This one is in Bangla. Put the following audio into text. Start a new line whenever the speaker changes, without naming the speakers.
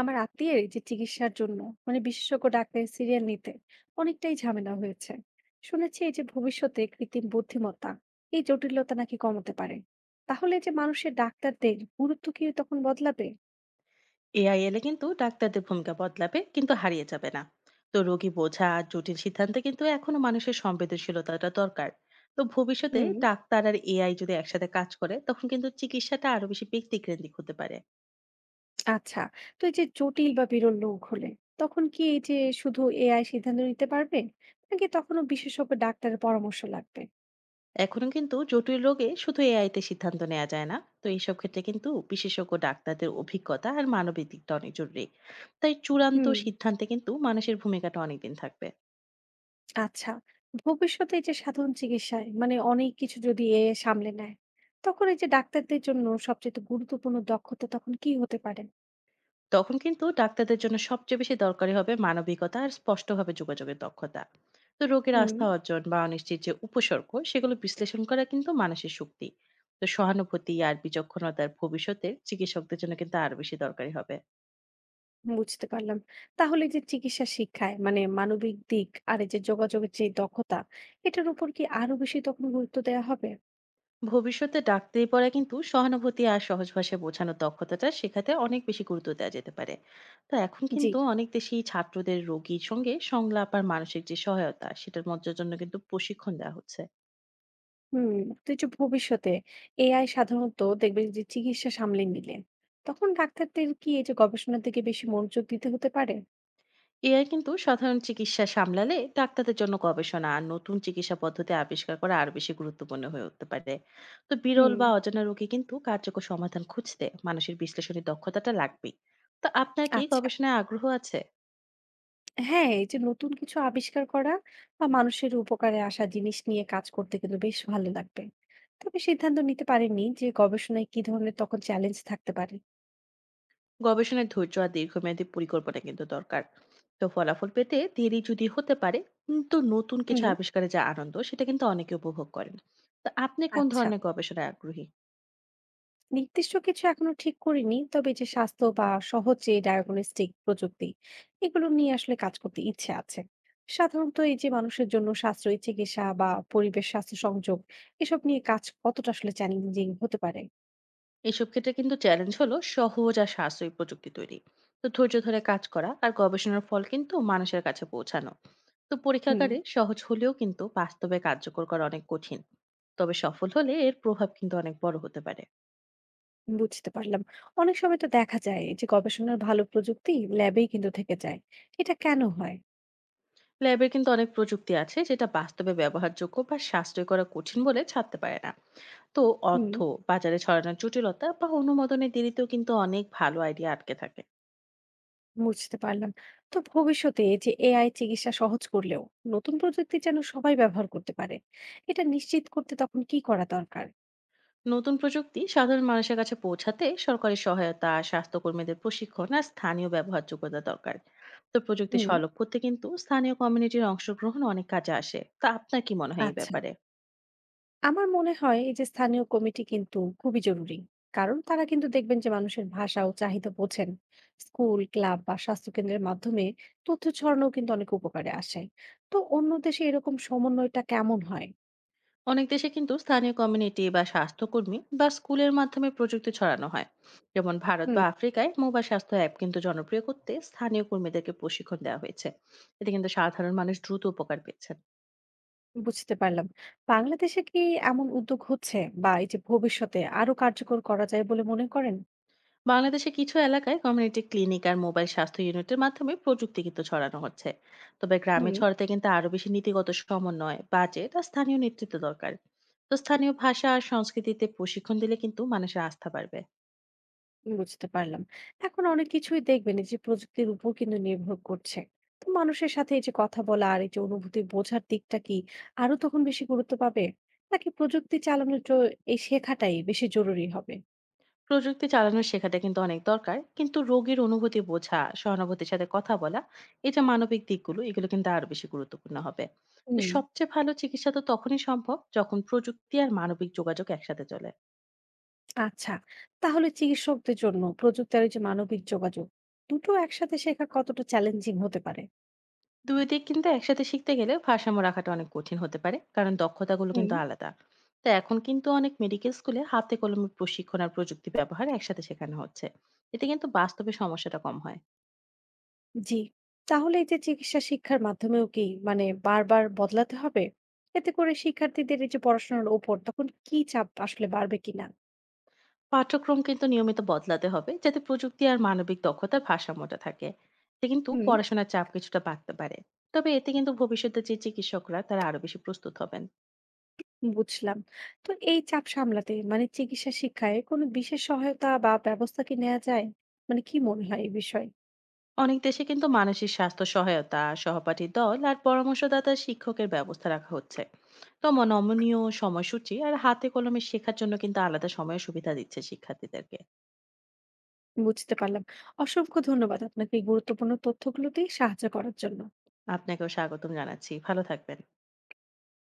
আমার আত্মীয়ের এই যে চিকিৎসার জন্য মানে বিশেষজ্ঞ ডাক্তারের সিরিয়াল নিতে অনেকটাই ঝামেলা হয়েছে। শুনেছি এই যে ভবিষ্যতে কৃত্রিম বুদ্ধিমত্তা এই জটিলতা নাকি কমাতে পারে। তাহলে এই যে মানুষের ডাক্তারদের গুরুত্ব কি তখন বদলাবে?
এআই এলে কিন্তু ডাক্তারদের ভূমিকা বদলাবে কিন্তু হারিয়ে যাবে না। তো রোগী বোঝা আর জটিল সিদ্ধান্তে কিন্তু এখনো মানুষের সংবেদনশীলতাটা দরকার। তো ভবিষ্যতে
হুম।
ডাক্তার আর এআই যদি একসাথে কাজ করে তখন কিন্তু চিকিৎসাটা আরো বেশি ব্যক্তিকেন্দ্রিক হতে পারে।
আচ্ছা। তো এই যে জটিল বা বিরল রোগ হলে তখন কি এই যে শুধু এআই সিদ্ধান্ত নিতে পারবে, নাকি তখনও বিশেষজ্ঞ ডাক্তারের পরামর্শ লাগবে?
এখনো কিন্তু জটিল রোগে শুধু এআই তে সিদ্ধান্ত নেওয়া যায় না, তো এইসব ক্ষেত্রে কিন্তু বিশেষজ্ঞ ডাক্তারদের অভিজ্ঞতা আর মানবিক দিকটা অনেক জরুরি। তাই চূড়ান্ত
হুম।
সিদ্ধান্তে কিন্তু মানুষের ভূমিকাটা অনেকদিন থাকবে।
আচ্ছা। ভবিষ্যতে এই যে সাধারণ চিকিৎসায় মানে অনেক কিছু যদি এ সামলে নেয়, তখন এই যে ডাক্তারদের জন্য সবচেয়ে গুরুত্বপূর্ণ দক্ষতা তখন কি হতে পারে?
তখন কিন্তু ডাক্তারদের জন্য সবচেয়ে বেশি দরকারি হবে মানবিকতা আর স্পষ্টভাবে যোগাযোগের দক্ষতা। তো রোগের
হুম।
আস্থা অর্জন বা অনিশ্চিত যে উপসর্গ সেগুলো বিশ্লেষণ করা কিন্তু মানুষের শক্তি। তো সহানুভূতি আর বিচক্ষণতার ভবিষ্যতে চিকিৎসকদের জন্য কিন্তু আরো বেশি দরকারি হবে।
বুঝতে পারলাম। তাহলে এই যে চিকিৎসা শিক্ষায় মানে মানবিক দিক আর এই যে যোগাযোগের যে দক্ষতা, এটার উপর কি আরো বেশি তখন গুরুত্ব দেওয়া হবে?
ভবিষ্যতে ডাক্তারি পড়া কিন্তু সহানুভূতি আর সহজ ভাষায় বোঝানোর দক্ষতাটা শেখাতে অনেক বেশি গুরুত্ব দেওয়া যেতে পারে। তো এখন
জি।
কিন্তু অনেক দেশেই ছাত্রদের রোগীর সঙ্গে সংলাপ আর মানসিক যে সহায়তা সেটার মধ্যে জন্য কিন্তু প্রশিক্ষণ দেওয়া হচ্ছে।
হুম। তো এই যে ভবিষ্যতে এআই সাধারণত দেখবেন যে চিকিৎসা সামলে নিলে, তখন ডাক্তারদের কি এই যে গবেষণার দিকে বেশি মনোযোগ দিতে হতে পারে?
এআই কিন্তু সাধারণ চিকিৎসা সামলালে ডাক্তারদের জন্য গবেষণা আর নতুন চিকিৎসা পদ্ধতি আবিষ্কার করা আরো বেশি গুরুত্বপূর্ণ হয়ে উঠতে পারে। তো বিরল বা
হুম।
অজানা রোগে কিন্তু কার্যকর সমাধান খুঁজতে মানুষের বিশ্লেষণী দক্ষতাটা লাগবেই। তো আপনার কি
আচ্ছা।
গবেষণায় আগ্রহ আছে?
হ্যাঁ, এই যে নতুন কিছু আবিষ্কার করা বা মানুষের উপকারে আসা জিনিস নিয়ে কাজ করতে কিন্তু বেশ ভালো লাগবে। তবে সিদ্ধান্ত নিতে পারেননি যে গবেষণায় কি ধরনের তখন চ্যালেঞ্জ থাকতে পারে।
গবেষণায় ধৈর্য আর দীর্ঘমেয়াদী পরিকল্পনা কিন্তু দরকার। তো ফলাফল পেতে দেরি যদি হতে পারে, কিন্তু নতুন কিছু
হুম।
আবিষ্কারে যা আনন্দ সেটা কিন্তু অনেকে উপভোগ করেন। তো আপনি কোন
আচ্ছা,
ধরনের গবেষণায় আগ্রহী?
নির্দিষ্ট কিছু এখনো ঠিক করিনি। তবে যে স্বাস্থ্য বা সহজ যে ডায়াগনস্টিক প্রযুক্তি এগুলো নিয়ে আসলে কাজ করতে ইচ্ছে আছে। সাধারণত এই যে মানুষের জন্য সাশ্রয়ী চিকিৎসা বা পরিবেশ স্বাস্থ্য সংযোগ এসব নিয়ে কাজ কতটা আসলে চ্যালেঞ্জিং হতে পারে?
এসব ক্ষেত্রে কিন্তু চ্যালেঞ্জ হলো সহজ আর সাশ্রয়ী প্রযুক্তি তৈরি। তো ধৈর্য ধরে কাজ করা আর গবেষণার ফল কিন্তু মানুষের কাছে পৌঁছানো। তো
হুম।
পরীক্ষাগারে সহজ হলেও কিন্তু বাস্তবে কার্যকর করা অনেক কঠিন। তবে সফল হলে এর প্রভাব কিন্তু অনেক বড় হতে পারে।
বুঝতে পারলাম। অনেক সময় তো দেখা যায় এই যে গবেষণার ভালো প্রযুক্তি ল্যাবেই কিন্তু থেকে যায়। এটা কেন হয়?
ল্যাবের কিন্তু অনেক প্রযুক্তি আছে যেটা বাস্তবে ব্যবহারযোগ্য বা সাশ্রয় করা কঠিন বলে ছাড়তে পারে না। তো
হুম,
অর্থ বাজারে ছড়ানোর জটিলতা বা অনুমোদনের দেরিতেও কিন্তু অনেক ভালো আইডিয়া আটকে থাকে।
বুঝতে পারলাম। তো ভবিষ্যতে এই যে এআই চিকিৎসা সহজ করলেও নতুন প্রযুক্তি যেন সবাই ব্যবহার করতে পারে। এটা নিশ্চিত করতে তখন কি করা দরকার?
নতুন প্রযুক্তি সাধারণ মানুষের কাছে পৌঁছাতে সরকারি সহায়তা, স্বাস্থ্যকর্মীদের প্রশিক্ষণ আর স্থানীয় ব্যবহারযোগ্যতা দরকার। তো প্রযুক্তি
হুম,
সলভ করতে কিন্তু স্থানীয় কমিউনিটির অংশগ্রহণ অনেক কাজে আসে। তা আপনার কি মনে হয় এই
আচ্ছা।
ব্যাপারে?
আমার মনে হয় এই যে স্থানীয় কমিটি কিন্তু খুবই জরুরি, কারণ তারা কিন্তু দেখবেন যে মানুষের ভাষা ও চাহিদা বোঝেন। স্কুল ক্লাব বা স্বাস্থ্য কেন্দ্রের মাধ্যমে তথ্য ছড়ানো কিন্তু অনেক উপকারে আসে। তো অন্য দেশে এরকম সমন্বয়টা কেমন হয়?
অনেক দেশে কিন্তু স্থানীয় কমিউনিটি বা স্বাস্থ্যকর্মী বা স্কুলের মাধ্যমে প্রযুক্তি ছড়ানো হয়। যেমন ভারত বা
হুম।
আফ্রিকায় মোবাইল স্বাস্থ্য অ্যাপ কিন্তু জনপ্রিয় করতে স্থানীয় কর্মীদেরকে প্রশিক্ষণ দেওয়া হয়েছে। এতে কিন্তু সাধারণ মানুষ দ্রুত উপকার পেয়েছেন।
বুঝতে পারলাম। বাংলাদেশে কি এমন উদ্যোগ হচ্ছে, বা এই যে ভবিষ্যতে আরো কার্যকর করা যায় বলে মনে করেন?
বাংলাদেশে কিছু এলাকায় কমিউনিটি ক্লিনিক আর মোবাইল স্বাস্থ্য ইউনিটের মাধ্যমে প্রযুক্তি কিন্তু ছড়ানো হচ্ছে। তবে গ্রামে
হুম।
ছড়াতে কিন্তু আরো বেশি নীতিগত সমন্বয়, বাজেট আর স্থানীয় নেতৃত্ব দরকার। তো স্থানীয় ভাষা আর সংস্কৃতিতে প্রশিক্ষণ দিলে কিন্তু মানুষের আস্থা বাড়বে।
বুঝতে পারলাম। এখন অনেক কিছুই দেখবেন এই যে প্রযুক্তির উপর কিন্তু নির্ভর করছে। তো মানুষের সাথে এই যে কথা বলা আর এই যে অনুভূতি বোঝার দিকটা কি আরো তখন বেশি গুরুত্ব পাবে? নাকি প্রযুক্তি চালানোর জ এই শেখাটাই বেশি জরুরি হবে?
প্রযুক্তি চালানো শেখাটা কিন্তু অনেক দরকার, কিন্তু রোগীর অনুভূতি বোঝা, সহানুভূতির সাথে কথা বলা, এই যে মানবিক দিকগুলো এগুলো কিন্তু আরো বেশি গুরুত্বপূর্ণ হবে। তো
হুম,
সবচেয়ে ভালো চিকিৎসা তো তখনই সম্ভব যখন প্রযুক্তি আর মানবিক যোগাযোগ একসাথে চলে।
আচ্ছা। তাহলে চিকিৎসকদের জন্য প্রযুক্তি আর এই যে মানবিক যোগাযোগ, দুটো একসাথে শেখা কতটা চ্যালেঞ্জিং হতে পারে?
দুই দিক কিন্তু একসাথে শিখতে গেলে ভারসাম্য রাখাটা অনেক কঠিন হতে পারে, কারণ দক্ষতাগুলো
হুম।
কিন্তু আলাদা। তো এখন কিন্তু অনেক মেডিকেল স্কুলে হাতে কলমে প্রশিক্ষণ আর প্রযুক্তি ব্যবহার একসাথে শেখানো হচ্ছে। এতে কিন্তু বাস্তবে সমস্যাটা কম হয়।
জি। তাহলে এই যে চিকিৎসা শিক্ষার মাধ্যমেও কি মানে বারবার বদলাতে হবে? এতে করে শিক্ষার্থীদের এই যে পড়াশোনার ওপর তখন কি চাপ আসলে বাড়বে কিনা?
পাঠ্যক্রম কিন্তু নিয়মিত বদলাতে হবে যাতে প্রযুক্তি আর মানবিক দক্ষতার ভারসাম্যটা থাকে। এতে কিন্তু
হুম।
পড়াশোনার চাপ কিছুটা বাড়তে পারে। তবে এতে কিন্তু ভবিষ্যতে যে চিকিৎসকরা তারা আরো বেশি প্রস্তুত হবেন।
বুঝলাম। তো এই চাপ সামলাতে মানে চিকিৎসা শিক্ষায় কোনো বিশেষ সহায়তা বা ব্যবস্থা কি নেওয়া যায়, মানে কি মনে হয় এই বিষয়ে?
অনেক দেশে কিন্তু মানসিক স্বাস্থ্য সহায়তা, সহপাঠী দল আর পরামর্শদাতা শিক্ষকের ব্যবস্থা রাখা হচ্ছে। তো নমনীয় সময়সূচি আর হাতে কলমে শেখার জন্য কিন্তু আলাদা সময়ের সুবিধা দিচ্ছে শিক্ষার্থীদেরকে।
বুঝতে পারলাম। অসংখ্য ধন্যবাদ আপনাকে এই গুরুত্বপূর্ণ তথ্যগুলো দিয়ে সাহায্য করার জন্য।
আপনাকেও স্বাগতম জানাচ্ছি, ভালো থাকবেন।